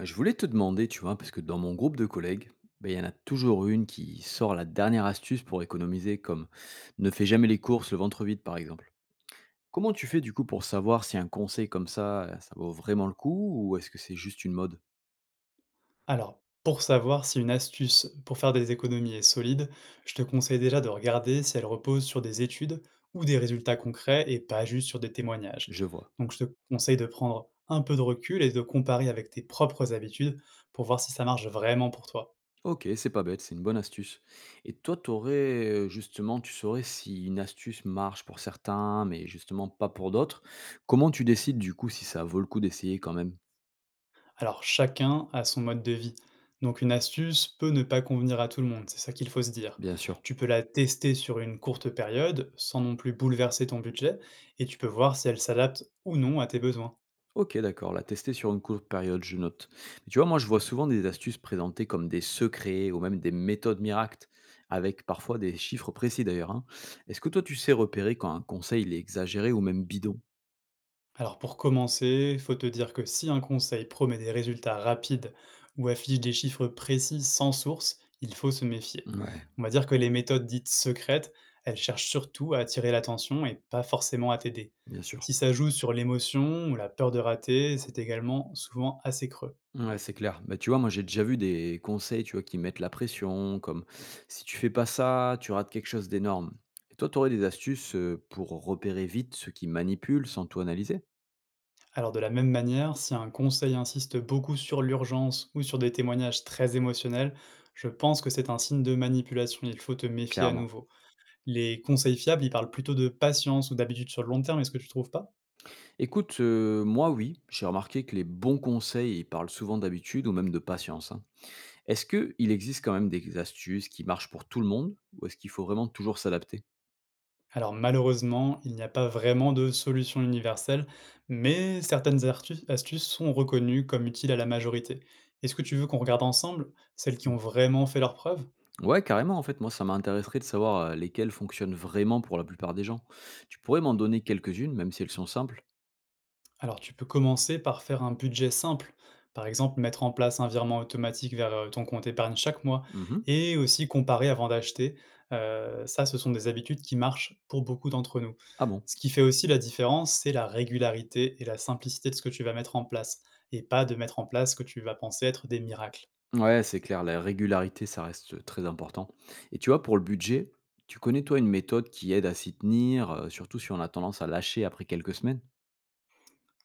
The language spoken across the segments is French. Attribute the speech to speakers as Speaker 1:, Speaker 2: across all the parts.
Speaker 1: Je voulais te demander, tu vois, parce que dans mon groupe de collègues, ben, il y en a toujours une qui sort la dernière astuce pour économiser, comme ne fais jamais les courses le ventre vide, par exemple. Comment tu fais du coup pour savoir si un conseil comme ça, ça vaut vraiment le coup ou est-ce que c'est juste une mode?
Speaker 2: Alors, pour savoir si une astuce pour faire des économies est solide, je te conseille déjà de regarder si elle repose sur des études ou des résultats concrets et pas juste sur des témoignages.
Speaker 1: Je vois.
Speaker 2: Donc, je te conseille de prendre un peu de recul et de comparer avec tes propres habitudes pour voir si ça marche vraiment pour toi.
Speaker 1: Ok, c'est pas bête, c'est une bonne astuce. Et toi, t'aurais justement, tu saurais si une astuce marche pour certains, mais justement pas pour d'autres. Comment tu décides du coup si ça vaut le coup d'essayer quand même?
Speaker 2: Alors, chacun a son mode de vie. Donc, une astuce peut ne pas convenir à tout le monde, c'est ça qu'il faut se dire.
Speaker 1: Bien sûr.
Speaker 2: Tu peux la tester sur une courte période sans non plus bouleverser ton budget et tu peux voir si elle s'adapte ou non à tes besoins.
Speaker 1: OK, d'accord, la tester sur une courte période, je note. Mais tu vois, moi, je vois souvent des astuces présentées comme des secrets ou même des méthodes miracles, avec parfois des chiffres précis d'ailleurs, hein. Est-ce que toi, tu sais repérer quand un conseil il est exagéré ou même bidon?
Speaker 2: Alors pour commencer, faut te dire que si un conseil promet des résultats rapides ou affiche des chiffres précis sans source, il faut se méfier.
Speaker 1: Ouais,
Speaker 2: On va dire que les méthodes dites secrètes, elles cherchent surtout à attirer l'attention et pas forcément à t'aider.
Speaker 1: bien sûr.
Speaker 2: Si ça joue sur l'émotion ou la peur de rater, c'est également souvent assez creux.
Speaker 1: Ouais, c'est clair. Bah, tu vois, moi, j'ai déjà vu des conseils, tu vois, qui mettent la pression, comme si tu fais pas ça, tu rates quelque chose d'énorme. Et toi, tu aurais des astuces pour repérer vite ceux qui manipulent sans tout analyser?
Speaker 2: Alors de la même manière, si un conseil insiste beaucoup sur l'urgence ou sur des témoignages très émotionnels, je pense que c'est un signe de manipulation, il faut te méfier à
Speaker 1: Clairement.
Speaker 2: nouveau. Les conseils fiables, ils parlent plutôt de patience ou d'habitude sur le long terme, est-ce que tu trouves pas?
Speaker 1: Écoute, moi oui, j'ai remarqué que les bons conseils, ils parlent souvent d'habitude ou même de patience, hein. Est-ce qu'il existe quand même des astuces qui marchent pour tout le monde ou est-ce qu'il faut vraiment toujours s'adapter?
Speaker 2: Alors malheureusement, il n'y a pas vraiment de solution universelle, mais certaines astuces sont reconnues comme utiles à la majorité. Est-ce que tu veux qu'on regarde ensemble celles qui
Speaker 1: Mmh.
Speaker 2: ont vraiment fait leurs preuves?
Speaker 1: Ouais, carrément, en fait, moi ça m'intéresserait de savoir, lesquelles fonctionnent vraiment pour la plupart des gens. Tu pourrais m'en donner quelques-unes, même si elles sont simples?
Speaker 2: Alors, tu peux commencer par faire un budget simple. Par exemple, mettre en place un virement automatique vers ton compte épargne chaque mois
Speaker 1: Mmh.
Speaker 2: et aussi comparer avant d'acheter. Ça, ce sont des habitudes qui marchent pour beaucoup d'entre nous.
Speaker 1: Ah bon?
Speaker 2: Ce qui fait aussi la différence, c'est la régularité et la simplicité de ce que tu vas mettre en place et pas de mettre en place ce que tu vas penser être des miracles.
Speaker 1: Ouais, c'est clair, la régularité, ça reste très important. Et tu vois, pour le budget, tu connais toi une méthode qui aide à s'y tenir, surtout si on a tendance à lâcher après quelques semaines?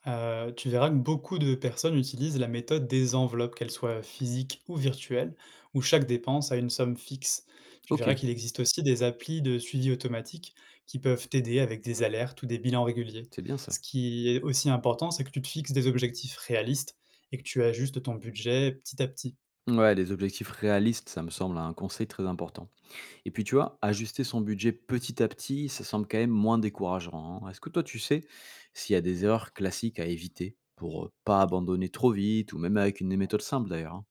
Speaker 2: Tu verras que beaucoup de personnes utilisent la méthode des enveloppes, qu'elles soient physiques ou virtuelles, où chaque dépense a une somme fixe. Tu verras
Speaker 1: OK,
Speaker 2: qu'il existe aussi des applis de suivi automatique qui peuvent t'aider avec des alertes ou des bilans réguliers.
Speaker 1: c'est bien ça.
Speaker 2: Ce qui est aussi important, c'est que tu te fixes des objectifs réalistes et que tu ajustes ton budget petit à petit.
Speaker 1: Ouais, des objectifs réalistes, ça me semble un conseil très important. Et puis, tu vois, ajuster son budget petit à petit, ça semble quand même moins décourageant, hein. Est-ce que toi, tu sais s'il y a des erreurs classiques à éviter pour pas abandonner trop vite ou même avec une méthode simple d'ailleurs, hein?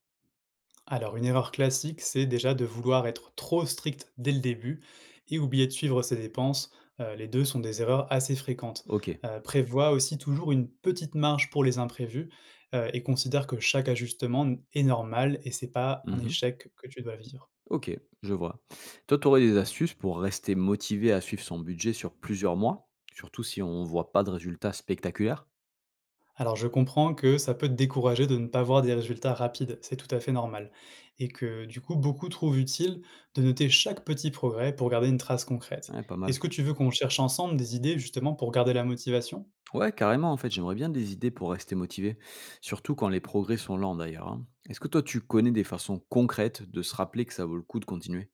Speaker 2: Alors, une erreur classique, c'est déjà de vouloir être trop strict dès le début et oublier de suivre ses dépenses. Les deux sont des erreurs assez fréquentes.
Speaker 1: Ok.
Speaker 2: Prévois aussi toujours une petite marge pour les imprévus et considère que chaque ajustement est normal et c'est pas un
Speaker 1: Mhm.
Speaker 2: échec que tu dois vivre.
Speaker 1: Ok, je vois. Toi, tu aurais des astuces pour rester motivé à suivre son budget sur plusieurs mois, surtout si on voit pas de résultats spectaculaires?
Speaker 2: Alors je comprends que ça peut te décourager de ne pas voir des résultats rapides, c'est tout à fait normal. Et que du coup, beaucoup trouvent utile de noter chaque petit progrès pour garder une trace concrète.
Speaker 1: Ouais, pas
Speaker 2: Est-ce
Speaker 1: mal.
Speaker 2: que tu veux qu'on cherche ensemble des idées justement pour garder la motivation?
Speaker 1: Ouais, carrément, en fait, j'aimerais bien des idées pour rester motivé, surtout quand les progrès sont lents d'ailleurs, hein. Est-ce que toi, tu connais des façons concrètes de se rappeler que ça vaut le coup de continuer?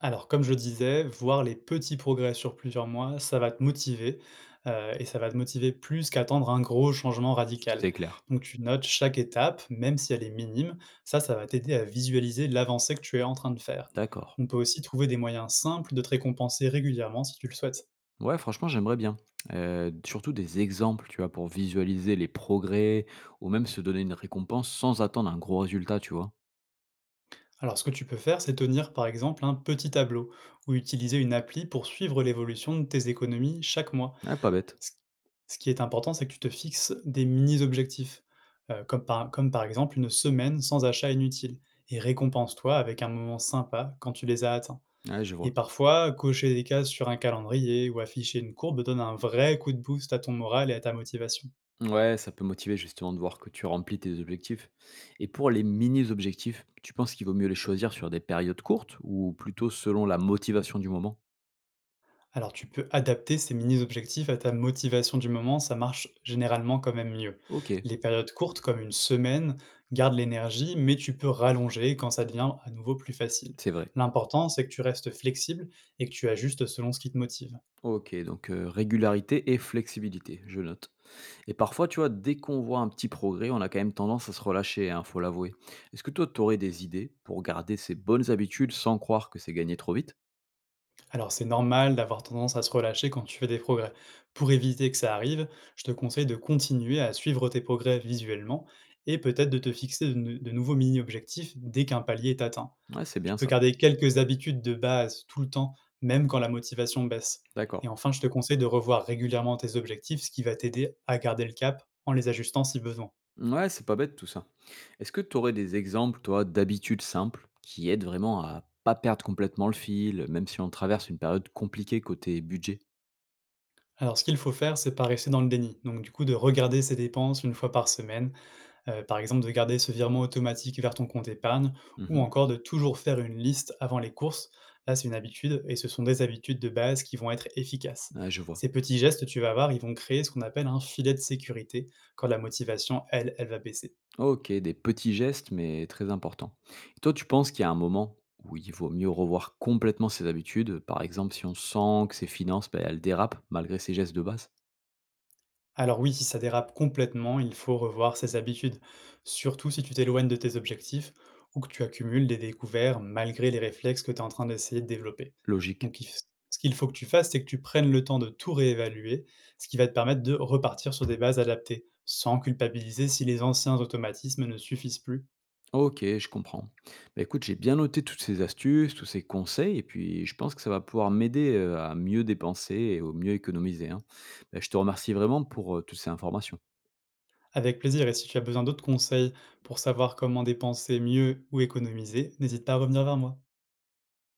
Speaker 2: Alors, comme je le disais, voir les petits progrès sur plusieurs mois, ça va te motiver, et ça va te motiver plus qu'attendre un gros changement radical.
Speaker 1: C'est clair.
Speaker 2: Donc tu notes chaque étape, même si elle est minime, ça va t'aider à visualiser l'avancée que tu es en train de faire.
Speaker 1: D'accord.
Speaker 2: On peut aussi trouver des moyens simples de te récompenser régulièrement si tu le souhaites.
Speaker 1: Ouais, franchement, j'aimerais bien. Surtout des exemples, tu vois, pour visualiser les progrès ou même se donner une récompense sans attendre un gros résultat, tu vois.
Speaker 2: Alors ce que tu peux faire, c'est tenir par exemple un petit tableau ou utiliser une appli pour suivre l'évolution de tes économies chaque mois.
Speaker 1: Ouais, pas bête.
Speaker 2: Ce ce qui est important, c'est que tu te fixes des mini-objectifs, comme par exemple une semaine sans achat inutile et récompense-toi avec un moment sympa quand tu les as atteints,
Speaker 1: Ouais, je
Speaker 2: et
Speaker 1: vois.
Speaker 2: parfois, cocher des cases sur un calendrier ou afficher une courbe donne un vrai coup de boost à ton moral et à ta motivation.
Speaker 1: Ouais, ça peut motiver justement de voir que tu remplis tes objectifs. Et pour les mini-objectifs, tu penses qu'il vaut mieux les choisir sur des périodes courtes ou plutôt selon la motivation du moment?
Speaker 2: Alors tu peux adapter ces mini-objectifs à ta motivation du moment, ça marche généralement quand même mieux.
Speaker 1: OK,
Speaker 2: Les périodes courtes, comme une semaine, gardent l'énergie, mais tu peux rallonger quand ça devient à nouveau plus facile.
Speaker 1: c'est vrai.
Speaker 2: L'important, c'est que tu restes flexible et que tu ajustes selon ce qui te motive.
Speaker 1: OK, donc régularité et flexibilité, je note, et parfois, tu vois, dès qu'on voit un petit progrès, on a quand même tendance à se relâcher, hein, faut l'avouer. Est-ce que toi, tu aurais des idées pour garder ces bonnes habitudes sans croire que c'est gagné trop vite?
Speaker 2: Alors c'est normal d'avoir tendance à se relâcher quand tu fais des progrès. Pour éviter que ça arrive, je te conseille de continuer à suivre tes progrès visuellement et peut-être de te fixer de nouveaux mini-objectifs dès qu'un palier est atteint.
Speaker 1: Ouais, c'est
Speaker 2: Tu
Speaker 1: bien
Speaker 2: peux
Speaker 1: ça.
Speaker 2: garder quelques habitudes de base tout le temps, même quand la motivation baisse. Et
Speaker 1: D'accord.
Speaker 2: enfin, je te conseille de revoir régulièrement tes objectifs, ce qui va t'aider à garder le cap en les ajustant si besoin.
Speaker 1: Ouais, c'est pas bête tout ça. Est-ce que tu aurais des exemples, toi, d'habitudes simples qui aident vraiment à pas perdre complètement le fil, même si on traverse une période compliquée côté budget?
Speaker 2: Alors ce qu'il faut faire, c'est pas rester dans le déni. Donc du coup, de regarder ses dépenses une fois par semaine, par exemple de garder ce virement automatique vers ton compte épargne ou
Speaker 1: Mmh.
Speaker 2: encore de toujours faire une liste avant les courses. Là, c'est une habitude et ce sont des habitudes de base qui vont être efficaces.
Speaker 1: Ouais, je vois.
Speaker 2: Ces petits gestes, tu vas voir, ils vont créer ce qu'on appelle un filet de sécurité quand la motivation, elle, elle va baisser.
Speaker 1: OK, des petits gestes, mais très importants. Et toi, tu penses qu'il y a un moment où il vaut mieux revoir complètement ses habitudes, par exemple si on sent que ses finances, ben, elles dérapent malgré ses gestes de base?
Speaker 2: Alors oui, si ça dérape complètement, il faut revoir ses habitudes, surtout si tu t'éloignes de tes objectifs ou que tu accumules des découvertes malgré les réflexes que tu es en train d'essayer de développer.
Speaker 1: Logique.
Speaker 2: Donc il f- Ce qu'il faut que tu fasses, c'est que tu prennes le temps de tout réévaluer, ce qui va te permettre de repartir sur des bases adaptées, sans culpabiliser si les anciens automatismes ne suffisent plus.
Speaker 1: Ok, je comprends. Bah, écoute, j'ai bien noté toutes ces astuces, tous ces conseils, et puis je pense que ça va pouvoir m'aider à mieux dépenser et au mieux économiser, hein. Bah, je te remercie vraiment pour toutes ces informations.
Speaker 2: Avec plaisir, et si tu as besoin d'autres conseils pour savoir comment dépenser mieux ou économiser, n'hésite pas à revenir vers moi.